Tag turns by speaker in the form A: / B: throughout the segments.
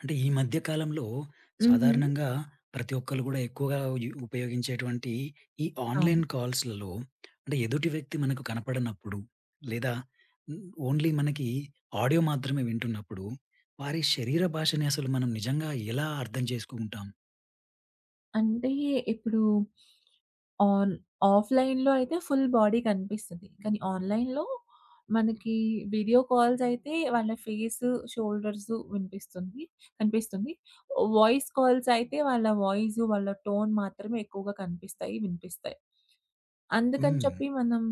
A: అంటే ఈ మధ్య కాలంలో
B: హుహు.
A: సాధారణంగా ప్రతి ఒక్కళ్ళు గూడా ఎక్కువగా ఉపయోగించేటువంటి ఈ
B: అవును.
A: ఆన్‌లైన్ కాల్స్‌లలో అంటే ఎదుటి వ్యక్తి మనకు కనపడనప్పుడు, లేదా హ్మ్, ఓన్లీ మనకి ఆడియో మాత్రమే వింటున్నప్పుడు, వారి శరీర భాషని అసలు మనం నిజంగా ఎలా అర్థం చేసుకుంటాం?
B: అంటే ఇప్పుడు ఆన్ ఆఫ్‌లైన్‌లో అయితే ఫుల్ బాడీ కనిపిస్తది. కానీ ఆన్‌లైన్‌లో మనకి వీడియో కాల్స్ అయితే వాళ్ళ ఫేసు, షోల్డర్సు వినిపిస్తుంది కనిపిస్తుంది. వాయిస్ కాల్స్ అయితే వాళ్ళ వాయిసు, వాళ్ళ టోన్ మాత్రమే ఎక్కువగా కనిపిస్తాయి, వినిపిస్తాయి. అందుకని
A: హ్మ్.
B: చెప్పి మనం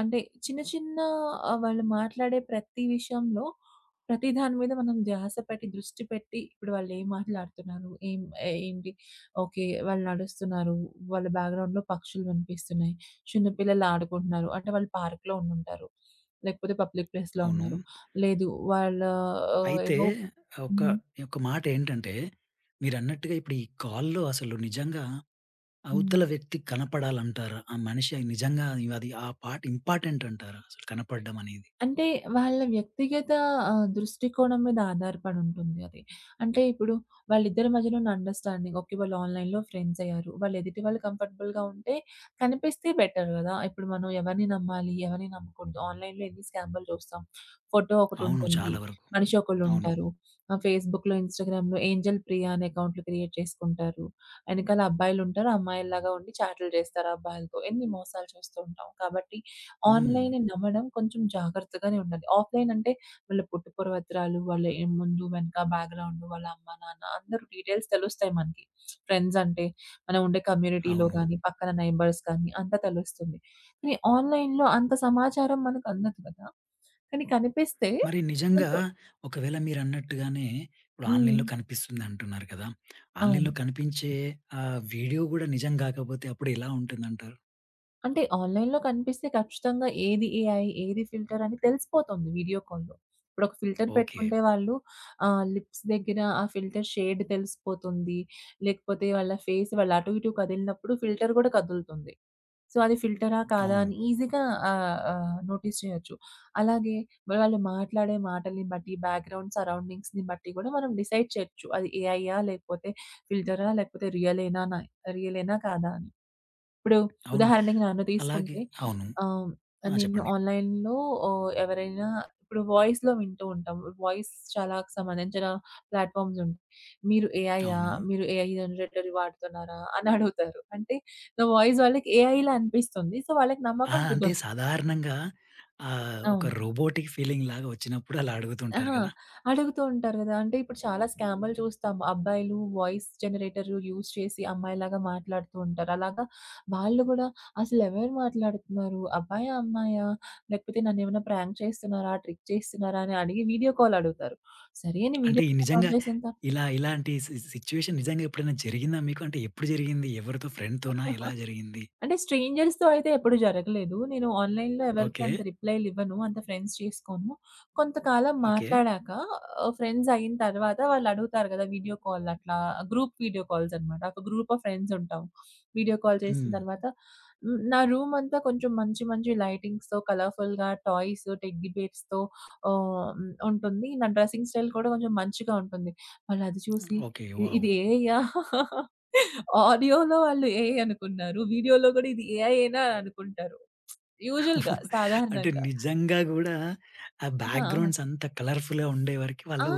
B: అంటే చిన్న చిన్న వాళ్ళు మాట్లాడే ప్రతి విషయంలో ప్రతి దాని మీద మనం ధ్యాస పెట్టి, దృష్టి పెట్టి ఇప్పుడు వాళ్ళేం మాట్లాడుతున్నారు? ఏంటి? ఓకే. వాళ్ళు నడుస్తున్నారు. వాళ్ళ బ్యాక్‌గ్రౌండ్‌లో పక్షులు వినిపిస్తున్నాయి. చిన్న పిల్లలు ఆడుకుంటున్నారు. అంటే వాళ్ళు పార్క్‌లో ఉండుంటారు. లేకపోతే పబ్లిక్ ప్లేస్‌లో
A: అవును.
B: ఉన్నారు. లేదు వాళ్ళ
A: అయితే
B: ఏమో.
A: ఒక
B: హ్మ్.
A: ఒక మాట ఏంటంటే మీరన్నట్టుగా ఇప్పుడు ఈ కాల్‌లో అసలు నిజంగా
B: హ్మ్.
A: అవతల వ్యక్తి కనపడాలంటారా? ఆ మనిషి నిజంగా అది ఆ పార్ట్ ఇంపార్టెంట్ అంటారా? అసలు కనపడడం అనేది?
B: అంటే వాళ్ళ వ్యక్తిగత దృష్టికోణం మీద ఆధారపడి ఉంటుంది అది. అంటే ఇప్పుడు వాళ్ళిద్దరి మధ్యన ఉన్న అండర్‌స్టాండింగ్ ఓకే. వాళ్ళు ఆన్‌లైన్‌లో ఫ్రెండ్స్ అయ్యారు. వాళ్ళు ఎదుటి వాళ్ళు కంఫర్టబుల్‌గా ఉంటే కనిపిస్తే బెటర్ గదా! ఇప్పుడు మనం ఎవరిని నమ్మాలి? ఎవరిని నమ్మకూడదు? ఆన్‌లైన్‌లో ఎన్ని స్కామ్‌లు చూస్తాం. ఫోటో
A: అవును.
B: ఒకటుంటుంది.
A: చాలా వరకు.
B: మనిషి
A: అవును.
B: ఒకళ్ళుంటారు. ఫేస్‌బుక్‌లో, ఇన్‌స్టాగ్రామ్‌లో ఏంజెల్ ప్రియా అనే అకౌంట్లు క్రియేట్ చేసుకుంటారు. ఎనకాల అబ్బాయిలుంటారు. అమ్మాయిల్లాగా ఉండి చాట్లు చేస్తారు అబ్బాయిలతో. ఎన్ని మోసాలు చూస్తూ ఉంటాం. కాబట్టి
A: హ్మ్.
B: ఆన్‌లైన్‌ని నమ్మడం కొంచెం జాగ్రత్తగానే ఉండాలి. ఆఫ్‌లైన్ అంటే వాళ్ళ పుట్టు పూర్వత్రాలు, వాళ్ళ ఏ ముందు వెనక బ్యాక్‌గ్రౌండ్, వాళ్ళ అమ్మ, నాన్న అందరూ డీటెయిల్స్ తెలుస్తాయి మనకి. ఫ్రెండ్స్ అంటే మనం ఉండే కమ్యూనిటీలో
A: అవును.
B: గానీ, పక్కన నైబర్స్ కానీ అంతా తెలుస్తుంది. కానీ ఆన్‌లైన్‌లో అంత సమాచారం మనకు అందదు కదా! కానీ కనిపిస్తే
A: మరి నిజంగా
B: కొంచెం
A: ఒకవేళ మీరన్నట్టుగానే ఇప్పుడు
B: హ్మ్.
A: ఆన్‌లైన్‌లో కనిపిస్తుంది అంటున్నారు కదా!
B: అవును.
A: ఆన్‌లైన్‌లో కనిపించే వీడియో కూడా నిజం కాకపోతే అప్పుడు ఎలా ఉంటుందంటారు?
B: అంటే ఆన్‌లైన్‌లో కనిపిస్తే ఖచ్చితంగా ఏది ఏఐ, ఏది ఫిల్టర్ అని తెలిసిపోతుంది వీడియో కాల్‌లో. ఇప్పుడొక ఫిల్టర్
A: ఓకే.
B: పెట్టుకుంటే వాళ్ళు లిప్స్ దగ్గర ఆ ఫిల్టర్ షేడ్ తెలిసిపోతుంది. లేకపోతే వాళ్ళ ఫేస్ వాళ్ళు అటు ఇటు కదిలినప్పుడు ఫిల్టర్ గూడా కదులుతుంది. సో, అది ఫిల్టరా కాదా
A: అవును.
B: అని ఈజీగా ఆహ్, ఆహ్, నోటీస్ చేయొచ్చు. అలాగే వాళ్ళు మాట్లాడే మాటల్ని బట్టి, బ్యాక్‌గ్రౌండ్ సరౌండింగ్స్‌ని బట్టి గూడా మనం డిసైడ్ చేయొచ్చు. అది ఏఐయా లేకపోతే ఫిల్టరా లేకపోతే రియలేనా కాదా అని. ఇప్పుడు
A: అవును.
B: ఉదాహరణకి నన్ను
A: అలాగే
B: తీసుకుంటే
A: అవును.
B: ఆహ్,
A: ఆ!
B: నేను
A: చెప్పండి.
B: ఆన్‌లైన్‌లో ఎవరైనా ఇప్పుడు వాయిస్‌లో వింటూ ఉంటాం. వాయిస్ చాలా సంబంధించిన ప్లాట్‌ఫార్మ్స్ ఉంటాయి. "మీరు ఏఐయా?
A: అవును.
B: మీరు ఏఐ జనరేటర్ వాడుతున్నారా?" అని అడుగుతారు. అంటే నా వాయిస్ వాళ్ళకి ఏఐలా అనిపిస్తుంది. సో, వాళ్ళకి
A: ఆ!
B: నమ్మకం
A: అంటే
B: కుదరదు.
A: సాధారణంగా ఒక
B: అవును.
A: రోబోటిక్ ఫీలింగ్ లాగా వచ్చినప్పుడు అలా అడుగుతుంటారు
B: అహా!
A: కదా!
B: అడుగుతూ ఉంటారు గదా! అంటే ఇప్పుడు చాలా స్కాములు చూస్తాము. అబ్బాయిలు వాయిస్ జనరేటర్ యూజ్ చేసి అమ్మాయిలాగా మాట్లాడుతూ ఉంటారు. అలాగా వాళ్ళు గూడా అసలెవరు మాట్లాడుతున్నారు? అబ్బాయా? అమ్మాయా? లేకపోతే నన్నేమైనా ప్రాంక్ చేస్తున్నారా? ట్రిక్ చేస్తున్నారా? అని అడిగి వీడియో కాల్ అడుగుతారు. సరే అని
A: అంటే
B: వీడియో
A: ఈ
B: కాల్
A: నిజంగా
B: ఆన్ చేసిన తర్
A: ఇలా ఇలాంటి సిట్యుయేషన్ నిజంగా ఎప్పుడైనా జరిగిందా మీకు? అంటే ఎప్పుడు జరిగింది? ఎవరితో ఫ్రెండ్‌తోనా? ఎలా జరిగింది?
B: అంటే స్ట్రేంజర్స్‌తో అయితే ఎప్పుడు జరగలేదు. నేను ఆన్‌లైన్‌లో ఎవరికీ
A: ఓకే.
B: అంత రిప్లైలివ్వను. అంత ఫ్రెండ్స్ చేసుకోను. కొంతకాలం
A: ఓకే.
B: మాట్లాడాక ఫ్రెండ్స్ అయిన తర్వాత వాళ్ళు అడుగుతారు కదా! వీడియో కాల్ అట్లా గ్రూప్ వీడియో కాల్స్ అనమాట. ఒక గ్రూప్ ఆఫ్ ఫ్రెండ్స్ ఉంటాం. వీడియో కాల్ చేసిన
A: హ్మ్.
B: తర్వాత నా రూమ్ అంతా కొంచెం మంచి మంచి లైటింగ్స్‌తో, కలర్‌ఫుల్‌గా టాయ్స్, టెడ్డీ బేర్స్‌తో ఉంటుంది. నా డ్రెస్సింగ్ స్టైల్ కూడా కొంచెం మంచిగా ఉంటుంది. వాళ్ళు అది చూసి
A: ఓకే.
B: "ఇది
A: వావ్!
B: ఇది ఏఐయా?" ఆడియోలో వాళ్ళు ఏఐ అనుకున్నారు. వీడియోలో గూడా ఇది ఏఐయేనా అనుకుంటారు. యూజువల్‌గా
A: అంటే
B: సాధారణంగా.
A: నిజంగా గూడా ఆ
B: ఆ!
A: బ్యాక్‌గ్రౌండ్స్ అంత కలర్‌ఫుల్‌గా ఉండే వరకి
B: ఆ!
A: వాళ్ళు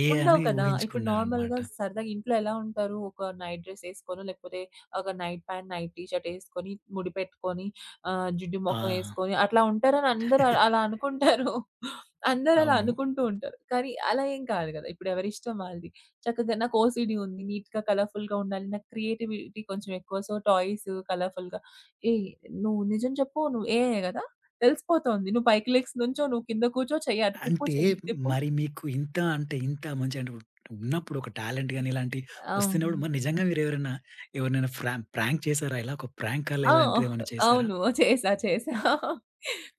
A: ఏఐ
B: ఉండవు
A: అని
B: కదా! ఇప్పుడు
A: ఊహించుకున్నారనమాట.
B: నార్మల్‌గా సరదాగా ఇంట్లో ఎలా ఉంటారు? ఒక నైట్ డ్రెస్ ఏసుకోనో, లేకపోతే ఒక night pant, night T shirt ఏసుకొని, ముడి పెట్టుకొని, జిడ్డు
A: ఆ!
B: మొఖం ఏసుకొని అట్లా ఉంటారని అందరూ అలా అనుకుంటారు. అందరూ అలా
A: అవును.
B: అనుకుంటూ ఉంటారు. కానీ అలా ఏం కాదు కదా! ఇప్పుడు ఎవరిష్టం వాళ్ళది. చక్కగా నాకు ఓసీడీ ఉంది. నీట్‌గా, కలర్‌ఫుల్‌గా ఉండాలి. నాకు క్రియేటివిటీ కొంచెం ఎక్కువ. సో, టాయ్స్ కలర్‌ఫుల్‌గా ఏయ్! నువ్వు నిజం చెప్పు నువ్వు ఏఐ కదా! తెలిసిపోతోంది. నువ్వు పైకి లెగ్సి నుంచో, నువ్వు కింద కూర్చో, చెయ్యి అటు తిప్పు,
A: అంటే
B: చెయ్యి ఇటు తిప్పు.
A: మరి మీకు ఇంత అంటే ఇంత మంచి అంటే ఉన్నప్పుడు ఒక టాలెంట్ గాని ఇలాంటివి
B: అవును.
A: వస్తున్నప్పుడు మరి నిజంగా మీరెవరైనా ఎవరినైనా ప్రాంక్ చేసారా? ఇలా ఒక ప్రాంక్ కాల్
B: ఆ!
A: ఇలాంటిదేమైనా చేసారా?
B: అవును. చేశా. చేశా.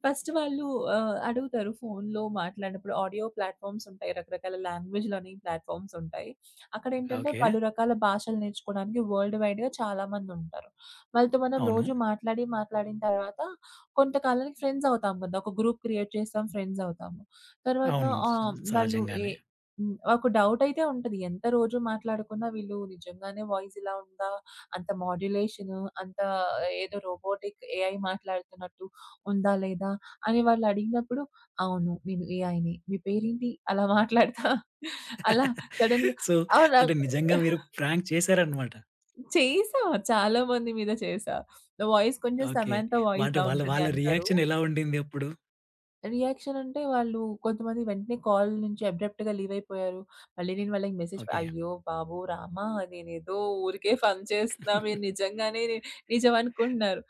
B: ఫస్ట్ వాళ్ళు అడుగుతారు ఫోన్‌లో మాట్లాడినప్పుడు ఆడియో ప్లాట్‌ఫార్మ్స్ ఉంటాయి. రకరకాల లాంగ్వేజ్ లెర్నింగ్ ప్లాట్‌ఫార్మ్స్ ఉంటాయి. అక్కడేంటంటే
A: ఓకే.
B: పలు రకాల భాషలు నేర్చుకోవడానికి వరల్డ్ వైడ్‌గా చాలామందుంటారు. వాళ్ళతో మనం
A: అవును.
B: రోజు మాట్లాడి, మాట్లాడిన తర్వాత కొంతకాలానికి ఫ్రెండ్స్ అవుతాం కదా! ఒక గ్రూప్ క్రియేట్ చేస్తాం. ఫ్రెండ్స్ అవుతాము. తర్వాత
A: అవును.
B: వాళ్ళు ఏ
A: సహజంగానే.
B: హ్మ్. ఒక డౌటయితే ఉంటది. ఎంత రోజు మాట్లాడుకున్నా వీళ్ళు నిజంగానే వాయిస్ ఇలా ఉందా? అంత మాడ్యులేషను, అంత ఏదో రోబోటిక్ ఏఐ మాట్లాడుతున్నట్టు ఉందా? లేదా? అని వాళ్ళు అడిగినప్పుడు, అవును. నేను ఏఐనే. మీ పేరేంటి? అలా మాట్లాడతా అలా సడెన్‌గా
A: సో,
B: అవునా?
A: అంటే నిజంగా మీరు ప్రాంక్ చేశారన్నమాట.
B: చేశా. చాలా మంది మీద చేశా. నా వాయిస్ కొంచెం
A: ఓకే.
B: సమంత
A: అంటే
B: వాయిస్‌లా
A: వాళ్ళ
B: ఉంటది
A: వాళ్ళ
B: అంటారు.
A: రియాక్షన్ ఎలా ఉండింది అప్పుడు?
B: రియాక్షన్ అంటే వాళ్ళు కొంతమంది వెంటనే కాల్ నుంచి అబ్రప్ట్‌గా లీవ్ అయిపోయారు. మళ్ళీ నేను వాళ్ళకి మెసేజ్
A: ఓకే.
B: అయ్యో బాబు రామా! నేనేదో ఊరికే ఫన్ చేస్తున్నా. మీరు నిజంగానే ని- నిజం అనుకుంటున్నారు.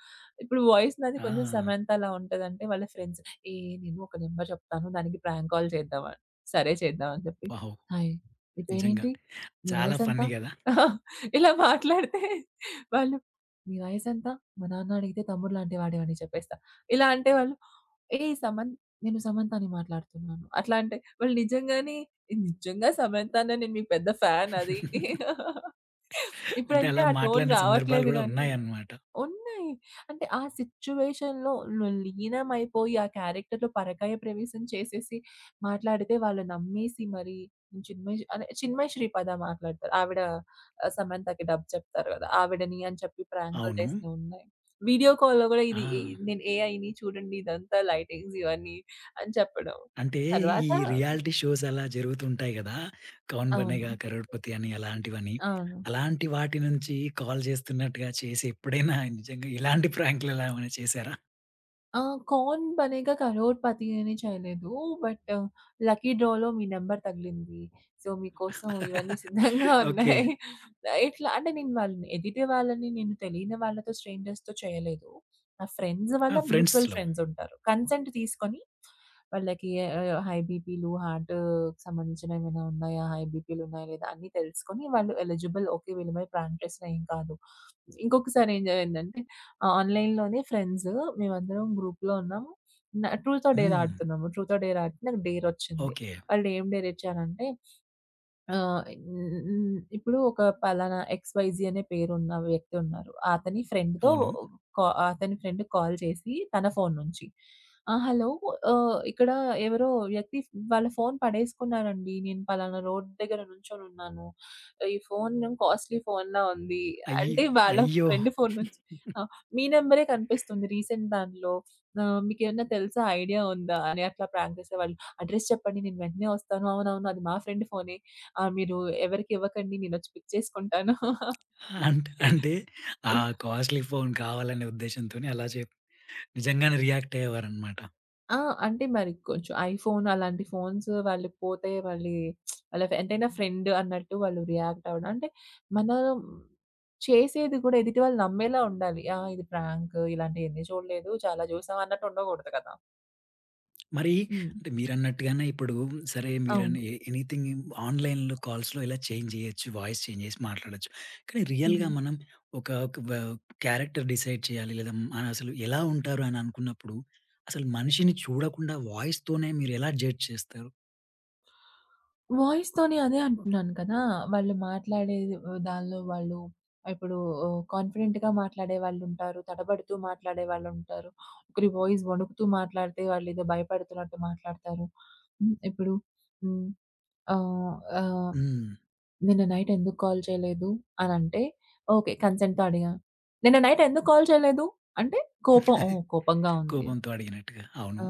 B: ఇప్పుడు వాయిస్ నాది
A: ఆ!
B: కొంచెం సమంతలా ఉంటదంటే వాళ్ళ ఫ్రెండ్స్ ఏ నేను ఒక నంబర్ చెప్తాను. దానికి ప్రాంక్ కాల్ చేద్దామా? సరే చేద్దాం అని చెప్పి
A: వావ్!
B: హాయ్ నీ
A: నిజంగా
B: పేరేంటి? నీ
A: చాలా
B: వయసు ఎంత?
A: ఫన్నీ గదా!
B: ఇలా మాట్లాడితే వాళ్ళు "నీ వయసు ఎంత? మా నాన్న అడిగితే తమ్ముడు లాంటి వాడివి" అని చెప్పేస్తా. ఇలా అంటే వాళ్ళు "ఏయ్! సమంత నేను సమంతాని మాట్లాడుతున్నాను. అట్లా అంటే వాళ్ళు నిజంగానే నిజంగా సమంతానా నేను మీకు పెద్ద ఫ్యాన్ అది.
A: అంటే
B: ఇప్పుడంటే
A: అలా
B: ఆ టోన్
A: మాట్లాడిన సందర్భాలు
B: రావట్లేదు
A: గూడా
B: గానీ
A: ఉన్నాయన్నమాట.
B: ఉన్నాయి. అంటే ఆ సిట్యుయేషన్‌లో లీనమైపోయి, ఆ క్యారెక్టర్‌లో పరకాయ ప్రవేశం చేసేసి మాట్లాడితే వాళ్ళు నమ్మేసి మరి చిన్మయి శ్రీపాద మాట్లాడతారు. ఆవిడ సమంతకి డబ్ చెప్తారు కదా! ఆవిడని అని చెప్పి ప్రాంకులు
A: అవును.
B: చేసినవి ఉన్నాయి. వీడియో కాల్‌లో కూడా
A: ఆ!
B: ఇది ఎ నేను ఏఐని చూడండి ఇదంతా లైటింగ్స్ ఇవన్నీ అని చెప్పడం.
A: అంటే ఈ
B: తర్వాత
A: రియాలిటీ షోస్ అలా జరుగుతుంటాయి గదా! 'కౌన్
B: అవును.
A: బనేగా కరోడ్‌పతి' అని అలాంటివని.
B: అవును.
A: అలాంటి వాటి నుంచి కాల్ చేస్తున్నట్టుగా చేసి ఎప్పుడైనా నిజంగా ఇలాంటి ప్రాంకులు ఎలా ఏమైనా చేసారా?
B: ఆ! 'కౌన్ బనేగా కరోడ్‌పతి' అని చేయలేదు. బట్ లక్కీ డ్రాలో మీ నంబర్ తగిలింది. సో, మీకోసం ఇవన్నీ సిద్ధంగా
A: ఓకే.
B: ఉన్నాయి. ఇట్లా అంటే నేను వాళ్ళని ఎదిటి వాళ్ళని నేను తెలియని వాళ్ళతో స్ట్రేంజర్స్‌తో చేయలేదు. నా ఫ్రెండ్స్
A: ఆ!
B: వల్ల మ్యూచువల్
A: ఫ్రెండ్స్‌లో.
B: ఫ్రెండ్స్ ఉంటారు. కన్సెంట్ తీసుకొని వాళ్ళకి హై బీపీలు, హార్ట్‌కి సంబంధించిన ఏమైనా ఉన్నాయా? హై బీపీలు ఉన్నాయా? లేదా? అన్నీ తెలుసుకొని వాళ్ళు ఎలిజిబుల్ ఓకే వీళ్ళ మీద ప్రాణం చేసిన ఏం కాదు. ఇంకొకసారి ఏం జరిగిందంటే ఆన్‌లైన్‌లోనే ఫ్రెండ్స్ మేమందరం గ్రూప్‌లో ఉన్నాం. ట్రూత్ ఆర్ డేర్
A: హ్మ్.
B: ఆడుతున్నాము. ట్రూత్ ఆర్ డేర్ ఆడితే నాకు డేర్ ఒచ్చింది.
A: ఓకే.
B: వాళ్ళు ఏం డేర్ ఇచ్చారంటే ఆహ్, హ్మ్. హ్మ్. ఇప్పుడు ఒక పలానా ఎక్స్‌వైజీ అనే పేరున్న వ్యక్తి ఉన్నారు. అతని ఫ్రెండ్‌తో
A: అవును.
B: కా అతని ఫ్రెండ్ కాల్ చేసి తన ఫోను నుంచి, "ఆ! హలో ఇక్కడ ఎవరో వ్యక్తి వాళ్ళ ఫోను పడేసుకున్నారండి. నేను పలానా రోడ్ దగ్గర నుంచొనున్నాను. ఈ ఫోను కాస్ట్‌లీ ఫోనులా ఉంది."
A: అయ్యి
B: అంటే వాళ్ళ
A: అయ్యో!
B: ఫ్రెండ్ ఫోను నుంచి ఆ! "మీ నంబరే కనిపిస్తుంది రీసెంట్ దాంట్లో. మీకేమన్నా తెలుసా? ఐడియా ఉందా?" అని అట్లా ప్రాంక్ చేసేవాళ్ళు. "అడ్రెస్ చెప్పండి నేను వెంటనే వస్తాను." "అవునవును. అది మా ఫ్రెండ్ ఫోనే. ఆ! మీరు ఎవరికి ఇవ్వకండి నేనొచ్చి పిక్ చేసుకుంటాను.
A: అంటే ఆ కాస్ట్‌లీ ఫోన్ కావాలనే ఉద్దేశ్యంతోని అలా చెప్ నిజంగానే రియాక్ట్ అయ్యేవారనమాట.
B: ఆ! అంటే మరి కొంచెం ఐఫోన్ అలాంటి ఫోన్స్ వాళ్ళు పోతే వాళ్ళి వాళ్ళ ఎంతైనా ఫ్రెండ్ అన్నట్టు వాళ్ళు రియాక్ట్ అవ్వడం. అంటే మనం చేసేది కూడా ఎదుటి వాళ్ళు నమ్మేలా ఉండాలి. ఆ! ఇది ప్రాంక్ ఇలాంటియన్ని చూడలేదు చాలా చూసాం అన్నట్టు ఉండకూడదు కదా!
A: మరి
B: హ్మ్.
A: అంటే మీరన్నట్టుగానే ఇప్పుడు సరే మీరని
B: అవును.
A: ఎనీథింగ్ ఆన్‌లైన్‌లో కాల్స్‌లో ఇలా చేంజ్ చేయొచ్చు. వాయిస్ చేంజ్ చేసి మాట్లాడొచ్చు. కానీ రియల్‌గా
B: హ్మ్.
A: మనం ఒక ఒక వ క్యారెక్టర్ డిసైడ్ చేయాలి. లేదా మనసలు ఎలా ఉంటారు అని అనుకున్నప్పుడు అసలు మనిషిని చూడకుండా వాయిస్‌తోనే మీరెలా జడ్జ్ చేస్తారు?
B: వాయిస్ తోనే అదే అంటున్నాను కదా! వాళ్ళు మాట్లాడేది దానిలో వాళ్ళు ఇప్పుడు కాన్ఫిడెంట్‌గా మాట్లాడే వాళ్ళుంటారు. తడబడుతూ మాట్లాడే వాళ్ళుంటారు. ఒకరి వాయిస్ వణుకుతూ మాట్లాడితే వాళ్ళేదో భయపడుతున్నట్టు మాట్లాడతారు. హ్మ్. ఇప్పుడు హ్మ్. ఆహ్, ఆహ్,
A: హ్మ్.
B: "నిన్న నైట్ ఎందుకు కాల్ చేయలేదు?" అనంటే, "ఓకే. కన్సెంట్‌తో అడిగాను." "నిన్న నైట్ ఎందుకు కాల్ చేయలేదు?" అంటే, కోపం. ఓహ్! కోపంగా ఉంది.
A: కోపంతో అడిగినట్టుగా. అవును.
B: ఆ!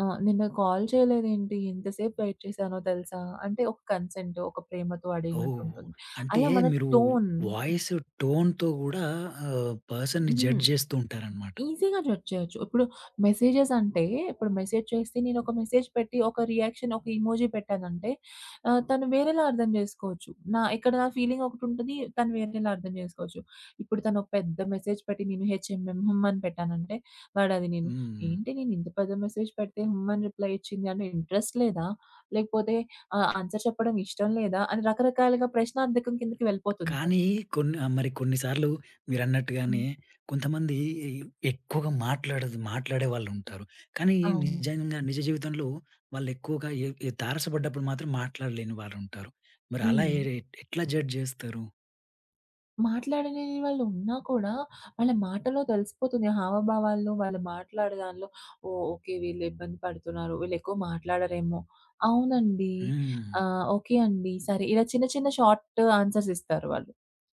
B: ఆ! నిన్న కాల్ చేయలేదేంటి? ఇంతసేపు వెయిట్ చేశానో తెలుసా? అంటే ఒక కన్సెంట్, ఒక ప్రేమతో
A: ఓహ్!
B: అడిగినట్టుంటుంది.
A: అంటే
B: అలా మన
A: మీరు
B: టోన్
A: వాయిస్ టోన్‌తో గూడా పర్సన్‌ని
B: హ్మ్.
A: జడ్జ్ చేస్తూ ఉంటారనమాట.
B: ఈజీగా జడ్జ్ చేయొచ్చు. ఇప్పుడు మెసేజెస్ అంటే ఇప్పుడు మెసేజ్ చేస్తే నేనొక మెసేజ్ పెట్టి, ఒక రియాక్షన్, ఒక ఇమోజి పెట్టానంటే తను వేరేలా అర్థం జేసుకోవచ్చు. నా ఇక్కడ నా ఫీలింగ్ ఒకటుంటది. తను వేరేలా అర్థం జేసుకోవచ్చు. ఇప్పుడు తను ఒక పెద్ద మెసేజ్ పెట్టి నేను హెచ్‌ఎంఎం హ్మ్ అని పెట్టానంటే, వాడది నేను
A: హ్మ్.
B: ఏంటి నేను ఇంత పెద్ద మెసేజ్ పెడితే హ్మ్ అని రిప్లై ఇచ్చింది అంటే ఇంట్రెస్ట్ లేదా? లేకపోతే ఆన్సర్ చెప్పడం ఇష్టం లేదా? అని రకరకాలుగా ప్రశ్నార్థకం కిందకి వెళ్ళిపోతుంది తను.
A: కానీ కొన్ని మరి కొన్ని సార్లు మీరన్నట్టుగానే
B: హ్మ్.
A: కొంతమంది ఎక్కువగా మాట్లాడే వాళ్ళుంటారు. కానీ
B: అవును.
A: నిజంగా నిజ జీవితంలో వాళ్ళెక్కువగా ఎ ఎ తారసపడ్డప్పుడు మాత్రం మాట్లాడలేని వారుంటారు. మరి అలా
B: హ్మ్.
A: ఎట్లా జడ్జ్ జేస్తారు?
B: మాట్లాడలేని వాళ్ళున్నా కూడా, వాళ్ళ మాటలో తెలిసిపోతుంది. హావభావాల్లో, వాళ్ళు మాట్లాడే దానిలో ఓహ్! ఓకే. వీళ్ళు ఇబ్బంది పడుతున్నారు. వీళ్ళెక్కువ మాట్లాడరేమో. అవునండి.
A: హ్మ్.
B: ఓకే అండి. సరే. ఇలా చిన్న చిన్న షార్ట్ ఆన్సర్స్ ఇస్తారు వాళ్ళు.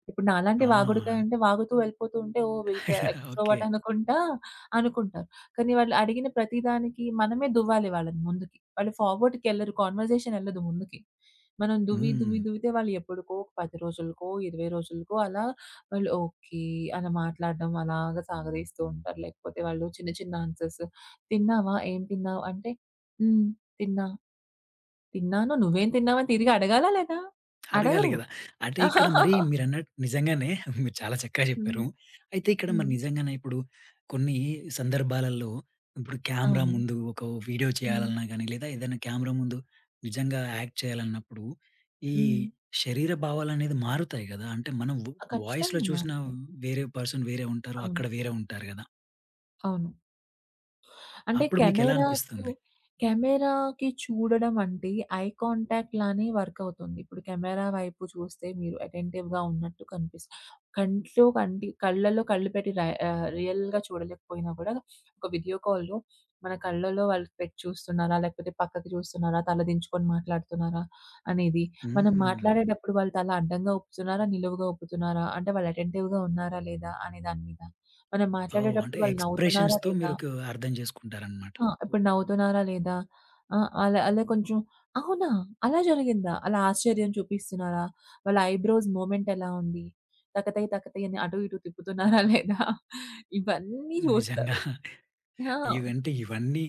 B: ఇప్పుడు నాలాంటి వాగుడుకాయ
A: ఆ!
B: అంటే వాగుతూ వెళ్ళిపోతూ ఉంటే ఓహ్! వీళ్ళతో
A: ఓకే.
B: ఎక్స్‌ట్రోవర్ట్ అనుకుంటారు. కానీ వాళ్ళు అడిగిన ప్రతి దానికి మనమే దువ్వాలి వాళ్ళని ముందుకి. వాళ్ళు ఫార్వర్డ్‌కెళ్ళరు. కాన్వర్జేషన్ ఎళ్ళదు ముందుకి. మనం దువ్వి
A: హ్మ్.
B: దువ్వి దువ్వితే వాళ్ళు ఎప్పటికో 10 రోజులకో, 20 రోజులకో అలా వాళ్ళు ఓకే. అలా మాట్లాడడం అలాగా సాగదీస్తూ ఉంటారు. లేకపోతే వాళ్ళు చిన్న చిన్న ఆన్సర్స్. తిన్నావా? ఏం తిన్నావు? అంటే హ్మ్. తిన్నా. తిన్నాను. నువ్వేం తిన్నావని తిరిగి అడగాలా లేదా?
A: అడగాలి
B: అడగరు.
A: గదా! అంటే ఇక్కడ మరి మీరన్నట్టు నిజంగానే మీరు చాలా చక్కగా చెప్పారు.
B: హ్మ్.
A: అయితే ఇక్కడ మరి
B: హ్మ్.
A: నిజంగానే ఇప్పుడు కొన్ని సందర్భాలలో ఇప్పుడు కెమెరా
B: అవును.
A: ముందు ఒక వీడియో
B: హ్మ్.
A: చేయాలన్నా గానీ, లేదా ఏదైనా కెమెరా ముందు నిజంగా యాక్ట్ చేయాలన్నప్పుడు, ఈ
B: హ్మ్.
A: శరీర భావాలనేది మారుతాయి గదా! అంటే మనం
B: ఆ!
A: వాయిస్‌లో
B: ఖచ్చితంగా
A: చూసిన
B: మారుతాయి.
A: వేరే పర్సన్ వేరే ఉంటారు.
B: అవును.
A: అక్కడ వేరే ఉంటారు గదా!
B: అవును. అంటే
A: అప్పుడు మీకెలా
B: కెమెరా‌కి,
A: అనిపిస్తుంది?
B: కెమెరా‌కి చూడడం అంటే ఐ కాంటాక్ట్ లానే వర్క్ అవుతుంది. ఇప్పుడు కెమెరా వైపు చూస్తే మీరు అటెంటివ్‌గా ఉన్నట్టు కనిపిస్ కంట్లో కంటి కళ్ళలో కళ్ళు పెట్టి రియల్‌గా చూడలేకపోయినా కూడా ఒక వీడియో కాల్‌లో మన కళ్ళలో వాళ్ళు పెట్టి చూస్తున్నారా? లేకపోతే పక్కకి చూస్తున్నారా? తల దించుకొని మాట్లాడుతున్నారా? అనేది. మనం
A: హ్మ్.
B: మాట్లాడేటప్పుడు వాళ్ళు తల అడ్డంగా ఊపుతున్నారా? నిలువుగా ఊపుతున్నారా? అంటే వాళ్ళు అటెంటివ్‌గా ఉన్నారా? లేదా? అనే దాని మీద. మనం
A: ఓహ్! అంటే
B: మాట్లాడేటప్పుడు వాళ్ళు నవ్వుతున్నారా?
A: ఎక్స్‌ప్రెషన్స్‌తో
B: లేదా?
A: మీరు అర్థం జేసుకుంటారనమాట.
B: ఆ! ఇప్పుడు నవ్వుతున్నారా లేదా? ఆ! అలా అలా కొంచెం అవునా? అలా జరిగిందా? అలా ఆశ్చర్యం చూపిస్తున్నారా? వాళ్ళ ఐబ్రోస్ మూవ్‌మెంట్ ఎలా ఉంది? తకతై తకతై అని అటు ఇటు తిప్పుతున్నారా లేదా? ఇవన్నీ
A: నిజంగా.
B: చూస్తారు. ఆ!
A: ఇవన్నీ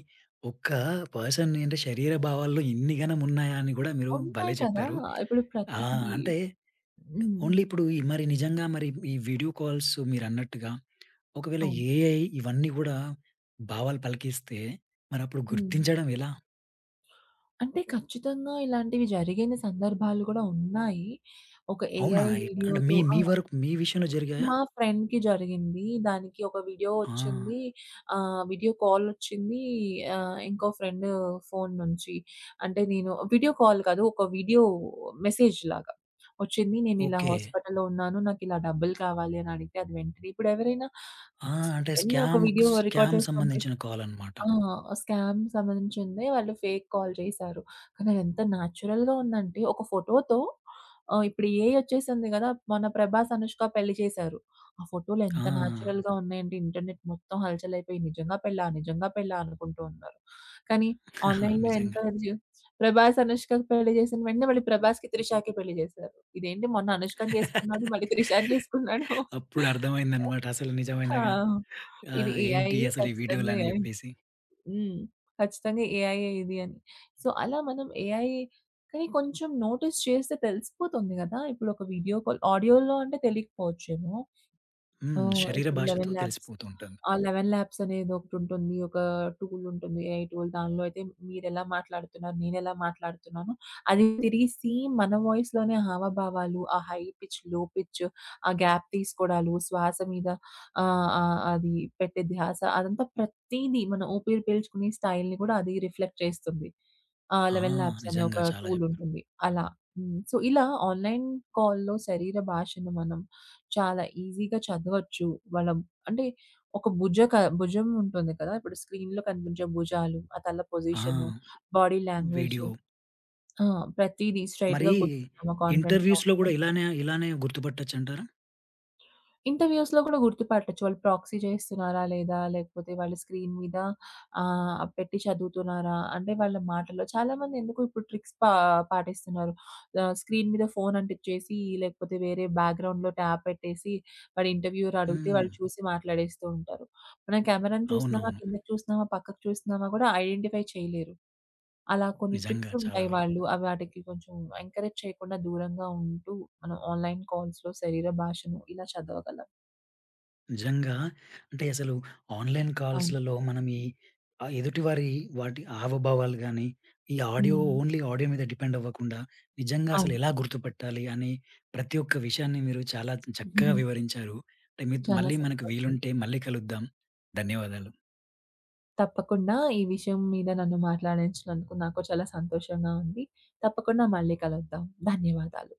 A: ఒక్క పర్సన్ అంటే శరీర భావాల్లో ఇన్ని గనం ఉన్నాయా అని గూడా మీరు భలే
B: ఉంటాయి కదా!
A: చెప్పారు.
B: ఇప్పుడు
A: ఆ!
B: ప్రతీది
A: అంటే
B: హ్మ్.
A: ఓన్లీ ఇప్పుడు ఈ మరి నిజంగా మరి ఈ వీడియో కాల్స్ మీరన్నట్టుగా ఒకవేళ
B: అవును.
A: ఏఐ ఇవన్నీ గూడా భావాలు పలికిస్తే మరప్పుడు
B: హ్మ్.
A: గుర్తించడం ఎలా?
B: అంటే ఖచ్చితంగా ఇలాంటివి జరిగిన సందర్భాలు కూడా ఉన్నాయి. ఒక
A: అవునా?
B: ఏఐ
A: అంటే మీ
B: వీడియోతో ఆ!
A: మీ వరకు మీ విషయంలో జరిగాయా?
B: మా ఫ్రెండ్‌కి జరిగింది. దానికి ఒక వీడియో
A: ఆ!
B: వచ్చింది. వీడియో కాల్ వచ్చింది. ఇంకో ఫ్రెండ్ ఫోను నుంచి. అంటే నేను వీడియో కాల్ కాదు. ఒక వీడియో మెసేజ్ లాగా వచ్చింది. నేనిలా
A: ఓకే.
B: హాస్పిటల్‌లో ఉన్నాను. నాకిలా డబ్బులు కావాలి అని అడిగితే అది వెంటనే ఇప్పుడు ఎవరైనా
A: ఆ! అంటే
B: వెంటనే ఒక వీడియో రికార్డ్
A: స్కామ్
B: చేసి పంపిస్
A: సంబంధించిన కాలనమాట.
B: ఆ! స్కామ్ సంబంధించిందే వాళ్ళు ఫేక్ కాల్ చేశారు. కానీ అదెంత నేచురల్‌గా ఉందంటే ఒక ఫోటోతో ఇప్పుడు ఏఐ వచ్చేసింది గదా! మన 'ప్రభాస్, అనుష్క' పెళ్లి చేశారు. ఆ ఫోటోలు
A: ఆ!
B: ఎంత నేచురల్‌గా ఉన్నాయంటే ఇంటర్నెట్ మొత్తం హల్చలైపోయి నిజంగా పెళ్ళా? నిజంగా పెళ్ళా? అనుకుంటూ ఉన్నారు. కానీ ఆన్‌లైన్‌లో ఎంత
A: నిజంగా.
B: జు 'ప్రభాస్, అనుష్కకి' పెళ్లి చేసిన వెంటనే మళ్ళీ 'ప్రభాస్‌కి, త్రిషకి' పెళ్లి చేశారు. ఇదేంటి మొన్న అనుష్కని చేసుకున్నాడు మళ్ళీ త్రిషని చేసుకున్నాడు.
A: అప్పుడు అర్థమైందనమాట అసలు నిజమేనా
B: ఆ!
A: ఆ!
B: ఇది ఏఐ
A: ఏంటి అసలు ఈ
B: ఖచ్చితంగా
A: వీడియోలని
B: ఏఐ.
A: జెప్పేసి.
B: హ్మ్. ఖచ్చితంగా ఏఐయే ఇది అని. సో, అలా మనం ఏఐ కానీ కొంచెం నోటీస్ చేస్తే తెలిసిపోతుంది గదా! ఇప్పుడు ఒక వీడియో కాల్ ఆడియోలో అంటే తెలియకపోవచ్చేమో.
A: హ్మ్.
B: ఓహ్!
A: శరీర
B: ఇప్పుడు
A: భాషతో
B: 11 ల్యాబ్స్
A: తెలిసిపోతూ ఉంటుంది.
B: ఆ 11 ల్యాబ్స్ అనేది ఒకటుంటుంది. ఒక టూల్ ఉంటుంది. ఏఐ టూల్ దానిలో అయితే మీరెలా మాట్లాడుతున్నారు? నేనెలా మాట్లాడుతున్నాను? అది తిరిగి సేమ్ మన వాయిస్‌లోనే హావభావాలు, ఆ హై పిచ్, లో పిచ్, ఆ గ్యాప్ తీసుకోవడాలు, శ్వాస మీద ఆహ్, ఆహ్, అది పెట్టే ధ్యాస అదంతా ప్రతీదీ మనం ఊపిరి పీల్చుకునే స్టైల్‌ని కూడా అది రిఫ్లెక్ట్ చేస్తుంది. ఆ
A: ఆ!
B: 11 ల్యాబ్స్ అనే ఒక
A: నిజంగా చాలా
B: టూల్
A: జెప్పారు.
B: ఉంటుంది. అలా. హ్మ్. సో, ఇలా ఆన్‌లైన్ కాల్‌లో శరీర భాషను మనం చాలా ఈజీగా చదవచ్చు. వాళ్ళ అంటే ఒక భుజ క భుజం ఉంటుంది కదా! ఇప్పుడు స్క్రీన్‌లో కనిపించే భుజాలు, ఆ తల
A: ఆ!
B: పొజిషను, బాడీ లాంగ్వేజ్
A: వీడియో
B: ఆ! ప్రతీదీ
A: మరి
B: స్ట్రెయిట్‌గా కూర్చుంటామా కాన్ఫిడెంట్‌గా
A: ఇంటర్‌వ్యూస్‌లో గూడా ఇలానే ఇలానే గుర్తుపట్టొచ్చంటారా?
B: ఇంటర్‌వ్యూస్‌లో గూడా గుర్తుపట్టొచ్చు. వాళ్ళు ప్రాక్సీ చేస్తున్నారా లేదా? లేకపోతే వాళ్ళు స్క్రీన్ మీద పెట్టి చదువుతున్నారా? అంటే వాళ్ళ మాటల్లో చాలామంది ఎందుకో ఇప్పుడు ట్రిక్స్ పా పాటిస్తున్నారు. స్క్రీన్ మీద ఫోన్ అంటిచ్చేసి, లేకపోతే వేరే బ్యాక్‌గ్రౌండ్‌లో ట్యాబ్ పెట్టేసి, వాడు ఇంటర్‌వ్యూయర్ అడిగితే
A: హ్మ్.
B: వాళ్ళు చూసి మాట్లాడేస్తూ ఉంటారు. మనం కెమెరాను చూస్తున్నామా,
A: అవునవును.
B: కిందకి చూస్తున్నామా, పక్కకు చూస్తున్నామా గూడా ఐడెంటిఫై చేయలేరు. అలా కొన్ని
A: నిజంగా
B: ట్రిక్స్
A: చాలా
B: ఉంటాయి
A: వరకు.
B: వాళ్ళు. అవి వాటికి కొంచెం ఎంకరేజ్ చేయకుండా దూరంగా ఉంటూ, మనం ఆన్‌లైన్ కాల్స్‌లో శరీర భాషను ఇలా చదవగలం.
A: నిజంగా. అంటే అసలు ఆన్‌లైన్
B: అవును.
A: కాల్స్‌లలో మనం ఈ ఎదుటివారి వాటి హావభావాలు గాని, ఈ ఆడియో
B: హ్మ్.
A: ఓన్లీ ఆడియో మీద డిపెండ్ అవ్వకుండా, నిజంగా అసలు
B: అవును.
A: ఎలా గుర్తుపట్టాలి అని ప్రతి ఒక్క విషయాన్ని మీరు చాలా చక్కగా వివరించారు. అంటే
B: చాలా
A: మళ్ళీ మనకు
B: సంతోషం.
A: వీలుంటే మళ్ళీ కలుద్దాం. ధన్యవాదాలు.
B: తప్పకుండా ఈ విషయం మీద నన్ను మాట్లాడించినందుకు నాకు చాలా సంతోషంగా ఉంది. తప్పకుండా మళ్ళీ కలుద్దాం. ధన్యవాదాలు.